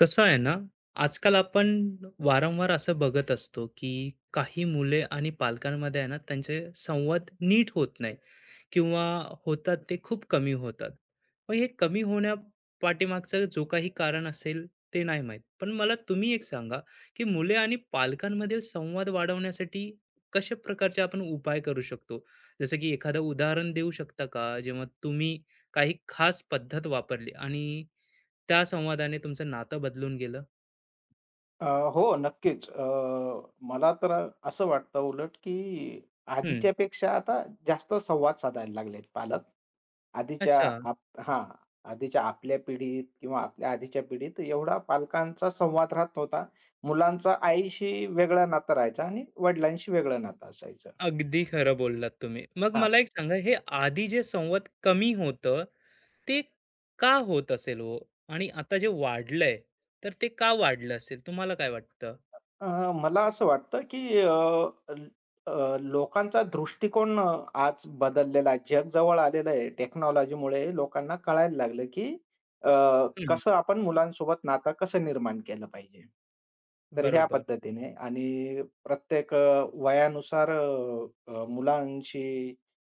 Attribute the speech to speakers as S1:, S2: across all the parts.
S1: कसं आहे ना, आजकाल आपण वारंवार असं बघत असतो, की काही मुले आणि पालकांमध्ये आहे ना, त्यांचे संवाद नीट होत नाही किंवा होतात ते खूप कमी होतात. मग हे कमी होण्या पाठीमागचं जो काही कारण असेल, ते नाही माहीत. पण मला तुम्ही एक सांगा, की मुले आणि पालकांमधील संवाद वाढवण्यासाठी कशा प्रकारचे आपण उपाय करू शकतो? जसं की एखादं उदाहरण देऊ शकता का? जेव्हा तुम्ही काही खास पद्धत वापरली आणि त्या संवादाने तुमचं नातं बदलून गेलं?
S2: अ, हो, नक्कीच. मला तर असं वाटतं उलट, की
S1: हं.
S2: आधीच्या पेक्षा आता जास्त संवाद साधायला लागलेत पालक. आधीच्या
S1: अच्छा.
S2: आप हां, आधीच्या आपल्या पिढीत किंवा आपल्या आधीच्या पिढीत एवढा पालकांचा संवाद राहत नव्हता. मुलांचा आईशी वेगळं नातं राहायचं आणि वडिलांशी वेगळं नातं असायचं.
S1: अगदी खरं बोललात तुम्ही. मग मला एक सांगा हे आधी जे संवाद कमी होतं, ते का होत असेल हो? आणि आता जे वाढलंय, तर ते का वाढलं असेल? तुम्हाला काय वाटतं?
S2: मला असं वाटतं, की ल लोकांचा दृष्टिकोन आज बदललेला आहे. जग जवळ आलेलं आहे. टेक्नॉलॉजीमुळे लोकांना कळायला लागलं, की अ,
S1: हं,
S2: कसं आपण मुलांसोबत नातं कसं निर्माण केलं पाहिजे. तर ह्या
S1: बरोबर.
S2: पद्धतीने आणि प्रत्येक वयानुसार अ, अ, मुलांशी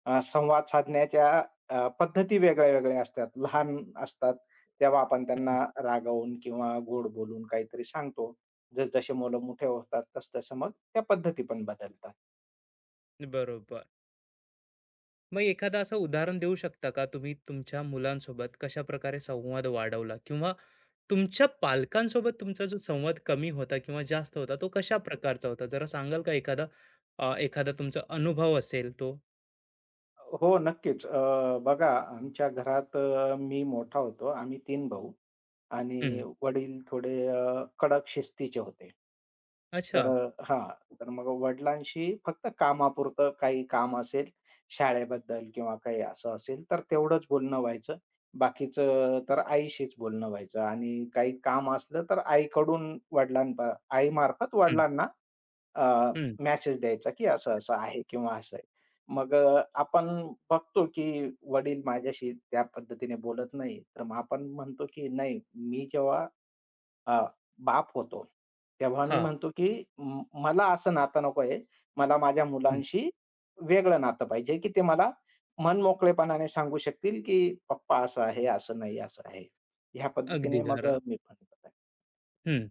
S2: संवाद साधण्याच्या पद्धती वेगळ्या-वेगळ्या असतात. लहान असतात, तेव्हा आपण
S1: हं,
S2: त्यांना रागावून किंवा गोड बोलून काहीतरी सांगतो. जसजसे मुलं मोठे होतात, तसतसं मग त्या पद्धती पण बदलतात.
S1: बरोबर. मग एखादं असं उदाहरण देऊ शकता का तुम्ही तुमच्या मुलांसोबत कशाप्रकारे संवाद वाढवला? किंवा तुमच्या पालकांसोबत तुमचा जो संवाद कमी होता किंवा जास्त होता, तो कशा प्रकारचा होता? जरा सांगाल का एखादा तुमचा अनुभव असेल तो?
S2: हो, नक्कीच. बघा आमच्या घरात मी मोठा होतो. आम्ही तीन भाऊ आणि
S1: हं.
S2: वडील थोडे कडक शिस्तीचे होते.
S1: अच्छा.
S2: तर मग वडिलांशी फक्त कामापुरतं काही काम असेल, शाळेबद्दल किंवा काही असं असेल, तर तेवढंच बोलणं व्हायचं. बाकीचं तर आईशीच बोलणं व्हायचं आणि काही काम असलं तर आईकडून वडिलांपा आईमार्फत
S1: हं,
S2: वडिलांना अ,
S1: हं.
S2: मेसेज द्यायचा, की असं-असं आहे किंवा असं आहे. मग आपण बघतो, की वडील माझ्याशी त्या पद्धतीने बोलत नाही. तर मग आपण म्हणतो, की नाही मी जेव्हा अ, बाप होतो, तेव्हा मी
S1: हां.
S2: म्हणतो, की मला असं नातं नको आहे. मला माझ्या
S1: हं.
S2: मुलांशी वेगळं नातं पाहिजे, की ते मला मनमोकळेपणाने सांगू शकतील, की "पप्पा असं आहे, असं नाही, असं आहे." ह्या
S1: अगदी
S2: पद्धतीने मग
S1: खरं.
S2: मी पण करतो.
S1: हं.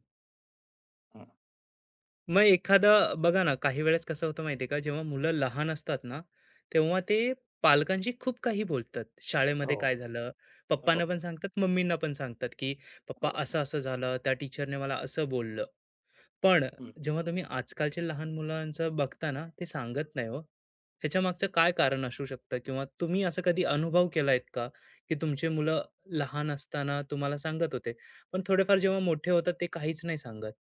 S2: हं.
S1: मग एखादा बघा ना, काही वेळेस कसं होतं माहिती आहे का, जेव्हा मुलं लहान असतात ना, तेव्हा ते पालकांशी खूप काही बोलतात. शाळेमध्ये
S2: हो,
S1: काय झालं?
S2: हो,
S1: पप्पांना पण
S2: हो.
S1: सांगतात, मम्मींना पण सांगतात, की "पप्पा असं-असं झालं, त्या टीचरने मला असं बोललं." पण जेव्हा तुम्ही आजकालच्या लहान मुलांचं बघता ना, ते सांगत नाही हो. ह्याच्यामागचं काय कारण असू शकतं किंवा तुम्ही असा कधी अनुभव केलायत का, की तुमची मुलं लहान असताना तुम्हाला सांगत होते, पण थोडेफार जेव्हा मोठे होतात ते काहीच नाही सांगत?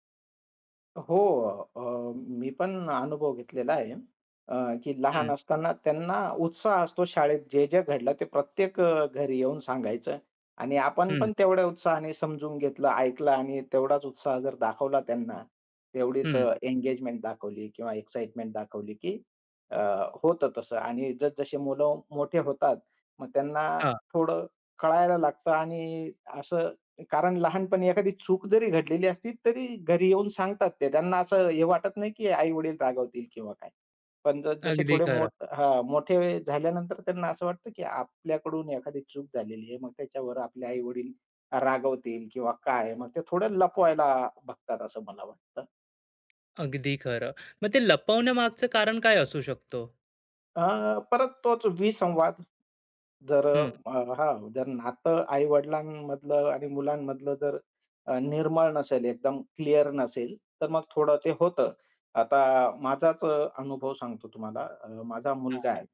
S2: हो. अ, मी पण अनुभव घेतलेला आहे. अ, की लहान
S1: हं,
S2: असताना त्यांना उत्साह असतो शाळेत जे घडलं ते प्रत्येक घरी येऊन सांगायचं आणि आपण
S1: हं,
S2: पण तेवढ्या उत्साहाने समजून घेतलं, ऐकलं आणि तेवढाच उत्साह जर दाखवला त्यांना, तेवढीच
S1: हं.
S2: एंगेजमेंट दाखवली किंवा एक्साईटमेंट दाखवली, की अ, होतं तसं आणि जसजसे मुलं मोठे होतात, मग त्यांना
S1: हां,
S2: थोडं कळायला लागतं आणि असं कारण लहानपणी एखादी चूक जरी घडलेली असती, तरी घरी येऊन सांगतात ते. त्यांना असं हे वाटत नाही, की आई-वडील रागावतील किंवा काय. पण जसे
S1: अगदी
S2: थोडे
S1: खरं,
S2: मोठे झाल्यानंतर त्यांना असं वाटतं, की आपल्याकडून एखादी चूक झालेली आहे. मग त्याच्यावर आपले आई-वडील रागवतील किंवा काय, मग ते थोडं लपवायला बघतात असं मला वाटतं.
S1: अगदी खरं. मग ते लपवण्यामागचं कारण काय असू शकतो?
S2: अ, परत तोच विसंवाद. जर
S1: हं,
S2: अ, जर नातं आई-वडिलांमधलं आणि मुलांमधलं जर निर्मळ नसेल, एकदम क्लिअर नसेल, तर मग थोडं ते होतं. आता माझाच अनुभव सांगतो तुम्हाला. माझा
S1: हां,
S2: मुलगा आहे.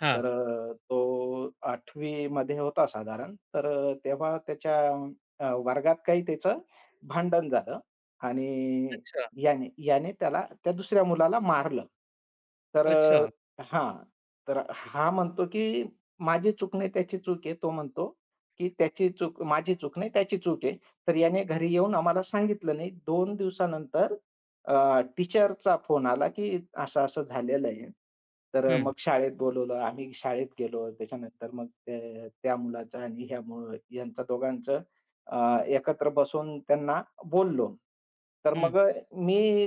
S1: हां.
S2: तर तो आठवी मध्ये होता साधारण. तर तेव्हा त्याच्या वर्गात काही त्याचं भांडण झालं आणि
S1: अच्छा,
S2: याने याने त्याला त्या दुसऱ्या मुलाला मारलं. तर
S1: अच्छा.
S2: हां. तर हा म्हणतो, की माझी चूक नाही त्याची चूक आहे. तो म्हणतो, की त्याची चूक माझी चूक नाही त्याची चूक आहे. तर याने घरी येऊन आम्हाला सांगितलं नाही. 2 दिवसानंतर टीचरचा फोन आला, की असं-असं झालेलं आहे. तर
S1: हं,
S2: मग शाळेत बोलवलं. आम्ही शाळेत गेलो. त्याच्यानंतर मग ते त्या मुलाचं आणि ह्या यांचं दोघांचं अ, एकत्र बसून त्यांना बोललो. तर
S1: हं.
S2: मग मी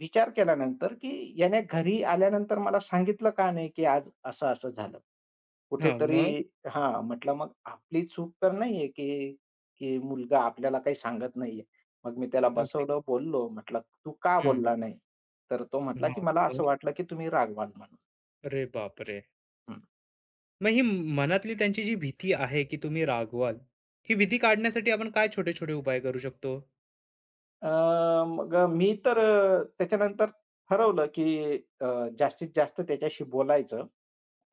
S2: विचार केल्यानंतर, की याने घरी आल्यानंतर मला सांगितलं का नाही, की आज असं-असं झालं.
S1: हां,
S2: कुठेतरी
S1: मग?
S2: म्हटलं मग आपली चूक तर नाहीये, की की मुलगा आपल्याला काही सांगत नाहीये. मग मी त्याला
S1: अगदी.
S2: बसवलं, बोललो. म्हटलं, "तू का
S1: हं,
S2: बोलला नाही?" तर तो
S1: हां,
S2: म्हटला, की "मला
S1: मग?
S2: असं वाटलं, की तुम्ही रागवाल म्हणून."
S1: अरे बापरे! मग ही मनातली त्यांची जी भीती आहे, की तुम्ही रागवाल, ही भीती काढण्यासाठी आपण काय छोटे-छोटे उपाय करू शकतो?
S2: अ, मग मी तर त्याच्यानंतर ठरवलं, की अ, जास्तीत जास्त त्याच्याशी बोलायचं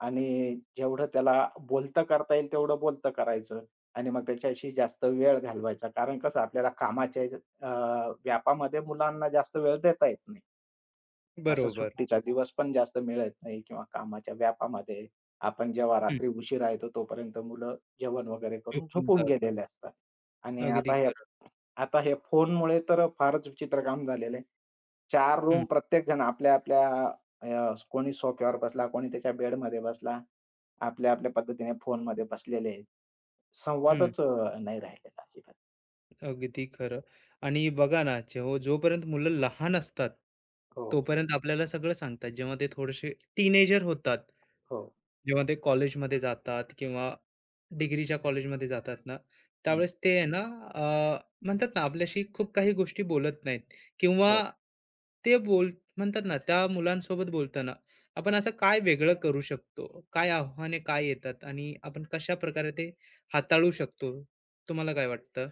S2: आणि जेवढं त्याला बोलतं करता येईल तेवढं बोलतं करायचं आणि मग त्याच्याशी जास्त वेळ घालवायचा. कारण कसं आपल्याला कामाच्या व्यापामध्ये मुलांना जास्त वेळ देता येत नाही. असं
S1: बरोबर.
S2: सुट्टीचा दिवस पण जास्त मिळत नाही किंवा कामाच्या व्यापामध्ये आपण जेव्हा
S1: हं.
S2: रात्री उशिरा येतो तोपर्यंत मुलं जेवण वगैरे करून
S1: झोपून
S2: झोपून
S1: जातात.
S2: गेलेले असतात आणि
S1: अगदी
S2: आता हे
S1: खरं.
S2: आता हे फोनमुळे तर फारच विचित्र काम झालेलं आहे. चार
S1: हं,
S2: रूम प्रत्येकजण आपल्या-आपल्या अ, कोणी सोफ्यावर बसला, कोणी त्याच्या बेडमध्ये बसला. आपल्या-आपल्या पद्धतीने फोनमध्ये बसलेले आहेत.
S1: हं.
S2: संवादच नाही राहिलेला अजिबात.
S1: अगदी खरं. आणि बघा ना, जेव्हा जोपर्यंत मुलं लहान असतात,
S2: हो,
S1: तोपर्यंत आपल्याला सगळं सांगतात. जेव्हा ते थोडेसे टीनेजर होतात,
S2: हो.
S1: जेव्हा ते कॉलेजमध्ये जातात किंवा डिग्रीच्या कॉलेजमध्ये जातात ना,
S2: हं,
S1: त्यावेळेस ते आहे ना, अ, म्हणतात ना, आपल्याशी खूप काही गोष्टी बोलत नाहीत किंवा
S2: हो.
S1: ते बोल म्हणतात ना, त्या मुलांसोबत बोलताना आपण असं काय वेगळं करू शकतो? काय आव्हाने काय येतात आणि आपण कशाप्रकारे ते हाताळू शकतो? तुम्हाला काय वाटतं?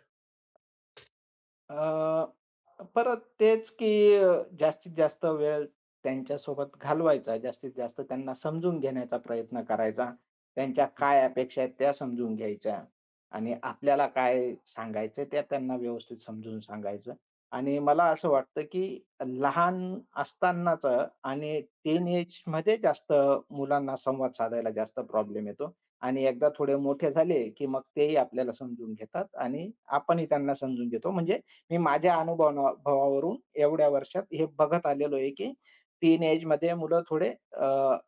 S2: अ, परत तेच की जास्तीत जास्त वेळ त्यांच्यासोबत घालवायचा, जास्तीत जास्त त्यांना समजून घेण्याचा प्रयत्न करायचा. त्यांच्या काय अपेक्षा आहेत त्या समजून घ्यायच्या आणि आपल्याला काय सांगायचं त्या त्यांना व्यवस्थित समजून सांगायचं आणि मला असं वाटतं की लहान असतानाचं आणि टीन एजमध्ये जास्त मुलांना संवाद साधायला जास्त प्रॉब्लेम येतो आणि एकदा थोडे मोठे झाले की मग तेही आपल्याला समजून घेतात आणि आपणही त्यांना समजून घेतो. म्हणजे मी माझ्या अनुभवाना भावावरून एवढ्या वर्षात हे बघत आलेलो आहे, की टीन एजमध्ये मुलं थोडे अ,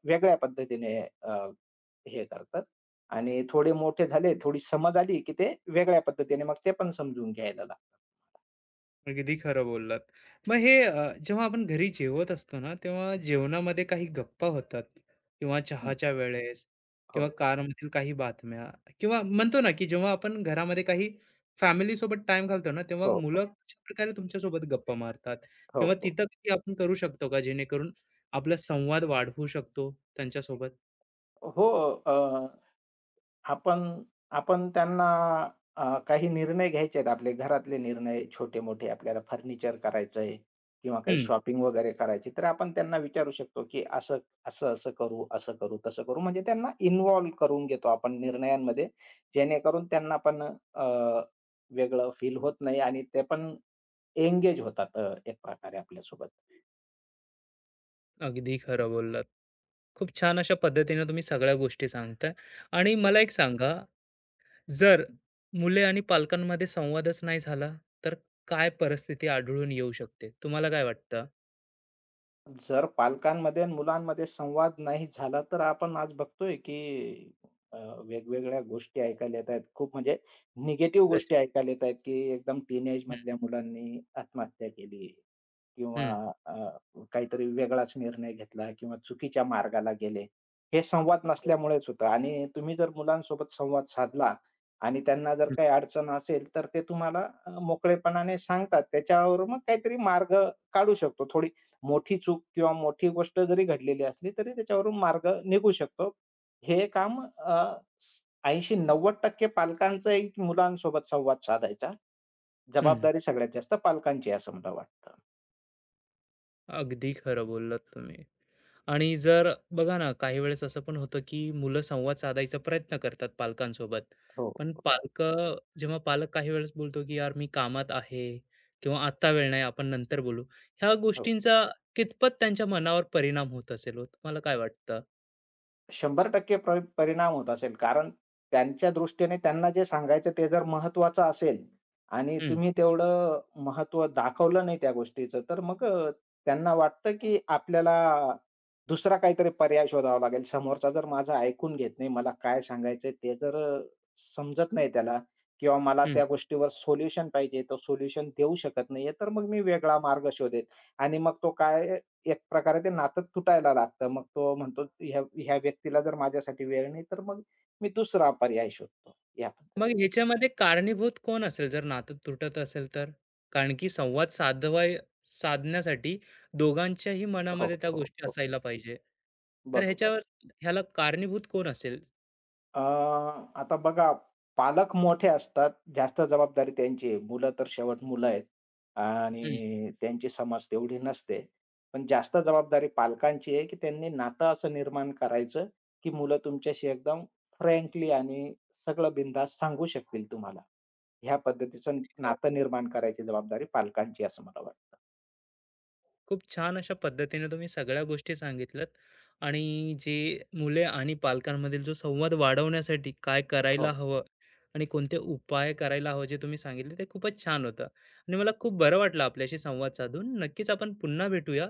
S2: वेगळ्या पद्धतीने अ, हे करतात आणि थोडे मोठे झाले, थोडी समज आली, की ते वेगळ्या पद्धतीने मग ते पण समजून घ्यायला लागतात.
S1: अगदी खरं बोललात. मग जेव्हा आपण घरी जेवत असतो ना, तेव्हा जेवणामध्ये काही गप्पा होतात किंवा
S2: हं.
S1: चहाच्या वेळेस किंवा
S2: हो,
S1: कारमधील काही बातम्या किंवा म्हणतो ना, की जेव्हा आपण घरामध्ये काही फॅमिलीसोबत टाईम घालतो ना, तेव्हा
S2: हो, हो,
S1: मुलं कशाप्रकारे तुमच्यासोबत गप्पा मारतात
S2: हो,
S1: किंवा
S2: हो.
S1: तिथं काही आपण करू शकतो का, जेणेकरून आपला संवाद वाढवू शकतो त्यांच्यासोबत?
S2: हो, आपण आपण त्यांना काही निर्णय घ्यायचे आहेत आपले घरातले निर्णय छोटे-मोठे आपल्याला फर्निचर करायचंय किंवा काही
S1: हं,
S2: शॉपिंग वगैरे करायची, तर आपण त्यांना विचारू शकतो, की असं, असं-असं करू, असं करू, तसं करू. म्हणजे त्यांना इन्व्हॉल्व करून घेतो आपण निर्णयांमध्ये, जेणेकरून त्यांना पण अ, वेगळं फील होत नाही आणि ते पण एंगेज होतात एक प्रकारे आपल्यासोबत.
S1: अगदी खरं बोललात. खूप छान अशा पद्धतीने तुम्ही सगळ्या गोष्टी सांगताय आणि मला एक सांगा जर मुले आणि पालकांमध्ये संवादच नाही झाला, तर काय परिस्थिती आढळून येऊ शकते? तुम्हाला काय वाटतं?
S2: जर पालकांमध्ये आणि मुलांमध्ये संवाद नाही झाला, तर आपण आज बघतोय की अ, वेगवेगळ्या गोष्टी ऐकायला येत आहेत. खूप म्हणजे निगेटिव्ह
S1: जसे
S2: गोष्टी ऐकायला येत आहेत, की एकदम
S1: हं,
S2: टीनेजमधल्या मुलांनी आत्महत्या केली किंवा
S1: हं,
S2: अ, काहीतरी वेगळाच निर्णय घेतला किंवा चुकीच्या मार्गाला गेले. हे संवाद
S1: हो,
S2: नसल्यामुळेच होतं आणि तुम्ही जर मुलांसोबत संवाद साधला आणि त्यांना जर
S1: हं,
S2: काही अडचण असेल, तर ते तुम्हाला मोकळेपणाने सांगतात. त्याच्यावर मग काहीतरी मार्ग काढू शकतो. थोडी मोठी चूक किंवा मोठी गोष्ट जरी घडलेली असली, तरी त्याच्यावरून मार्ग निघू शकतो. हे काम 80-90% पालकांचं एक मुलांसोबत संवाद साधायचा. जबाबदारी सगळ्यात जास्त पालकांची आहे असं मला वाटतं.
S1: अगदी खरं बोललात तुम्ही. आणि जर बघा ना, काही वेळेस असं पण होतं, की मुलं संवाद साधायचा प्रयत्न करतात पालकांसोबत.
S2: हो,
S1: पण
S2: हो,
S1: पालक काही वेळेस बोलतो, की "यार, मी कामात आहे" किंवा "आत्ता वेळ नाही, आपण नंतर बोलू." ह्या
S2: हो.
S1: गोष्टींचा कितपत त्यांच्या मनावर परिणाम होत असेल हो? तुम्हाला काय वाटतं?
S2: 100% परिणाम होत असेल. कारण त्यांच्या दृष्टीने त्यांना जे सांगायचं ते जर महत्त्वाचं असेल आणि
S1: हं,
S2: तुम्ही तेवढं महत्त्व दाखवलं नाही त्या गोष्टीचं, तर मग त्यांना वाटतं, की आपल्याला दुसरा काहीतरी पर्याय शोधावा लागेल. समोरचा जर माझं ऐकून घेत नाही, मला काय सांगायचंय ते जर समजत नाही त्याला किंवा मला त्या गोष्टीवर सोल्युशन पाहिजे, तो सोल्युशन देऊ शकत नाहीये, तर मग मी वेगळा मार्ग शोधेल आणि मग तो काय एक प्रकारे ते नातं तुटायला लागतं. मग तो म्हणतो, "ह्या ह्या व्यक्तीला जर माझ्यासाठी वेळ नाही, तर मग मी दुसरा पर्याय शोधतो." या
S1: मग
S2: पद्धतीने.
S1: ह्याच्यामध्ये कारणीभूत कोण असेल जर नातं तुटत असेल तर? कारण की संवाद साधवाय साधण्यासाठी दोघांच्याही
S2: हो,
S1: मनामध्ये त्या
S2: हो,
S1: गोष्टी
S2: हो.
S1: असायला पाहिजे. तर
S2: बरोबर.
S1: ह्याला कारणीभूत कोण असेल?
S2: आता बघा पालक मोठे असतात, जास्त जबाबदारी त्यांची आहे. मुलं तर शेवट मुलं आहेत
S1: हं,
S2: आणि त्यांची समज तेवढी नसते. पण जास्त जबाबदारी पालकांची आहे, की त्यांनी नातं असं निर्माण करायचं, की मुलं तुमच्याशी एकदम फ्रँकली आणि सगळं बिनधास्त सांगू शकतील तुम्हाला. ह्या पद्धतीचं
S1: खरं.
S2: नातं निर्माण करायची जबाबदारी पालकांची आहे असं मला वाटतं.
S1: खूप छान अशा पद्धतीने तुम्ही सगळ्या गोष्टी सांगितल्यात आणि जे मुले आणि पालकांमधील जो संवाद वाढवण्यासाठी काय करायला
S2: हो.
S1: हवं आणि कोणते उपाय करायला हवं जे तुम्ही सांगितले ते खूपच छान होतं आणि मला खूप बरं वाटलं आपल्याशी संवाद साधून. नक्कीच आपण पुन्हा भेटूया.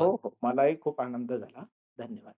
S2: हो, हो. मलाही खूप आनंद झाला. धन्यवाद.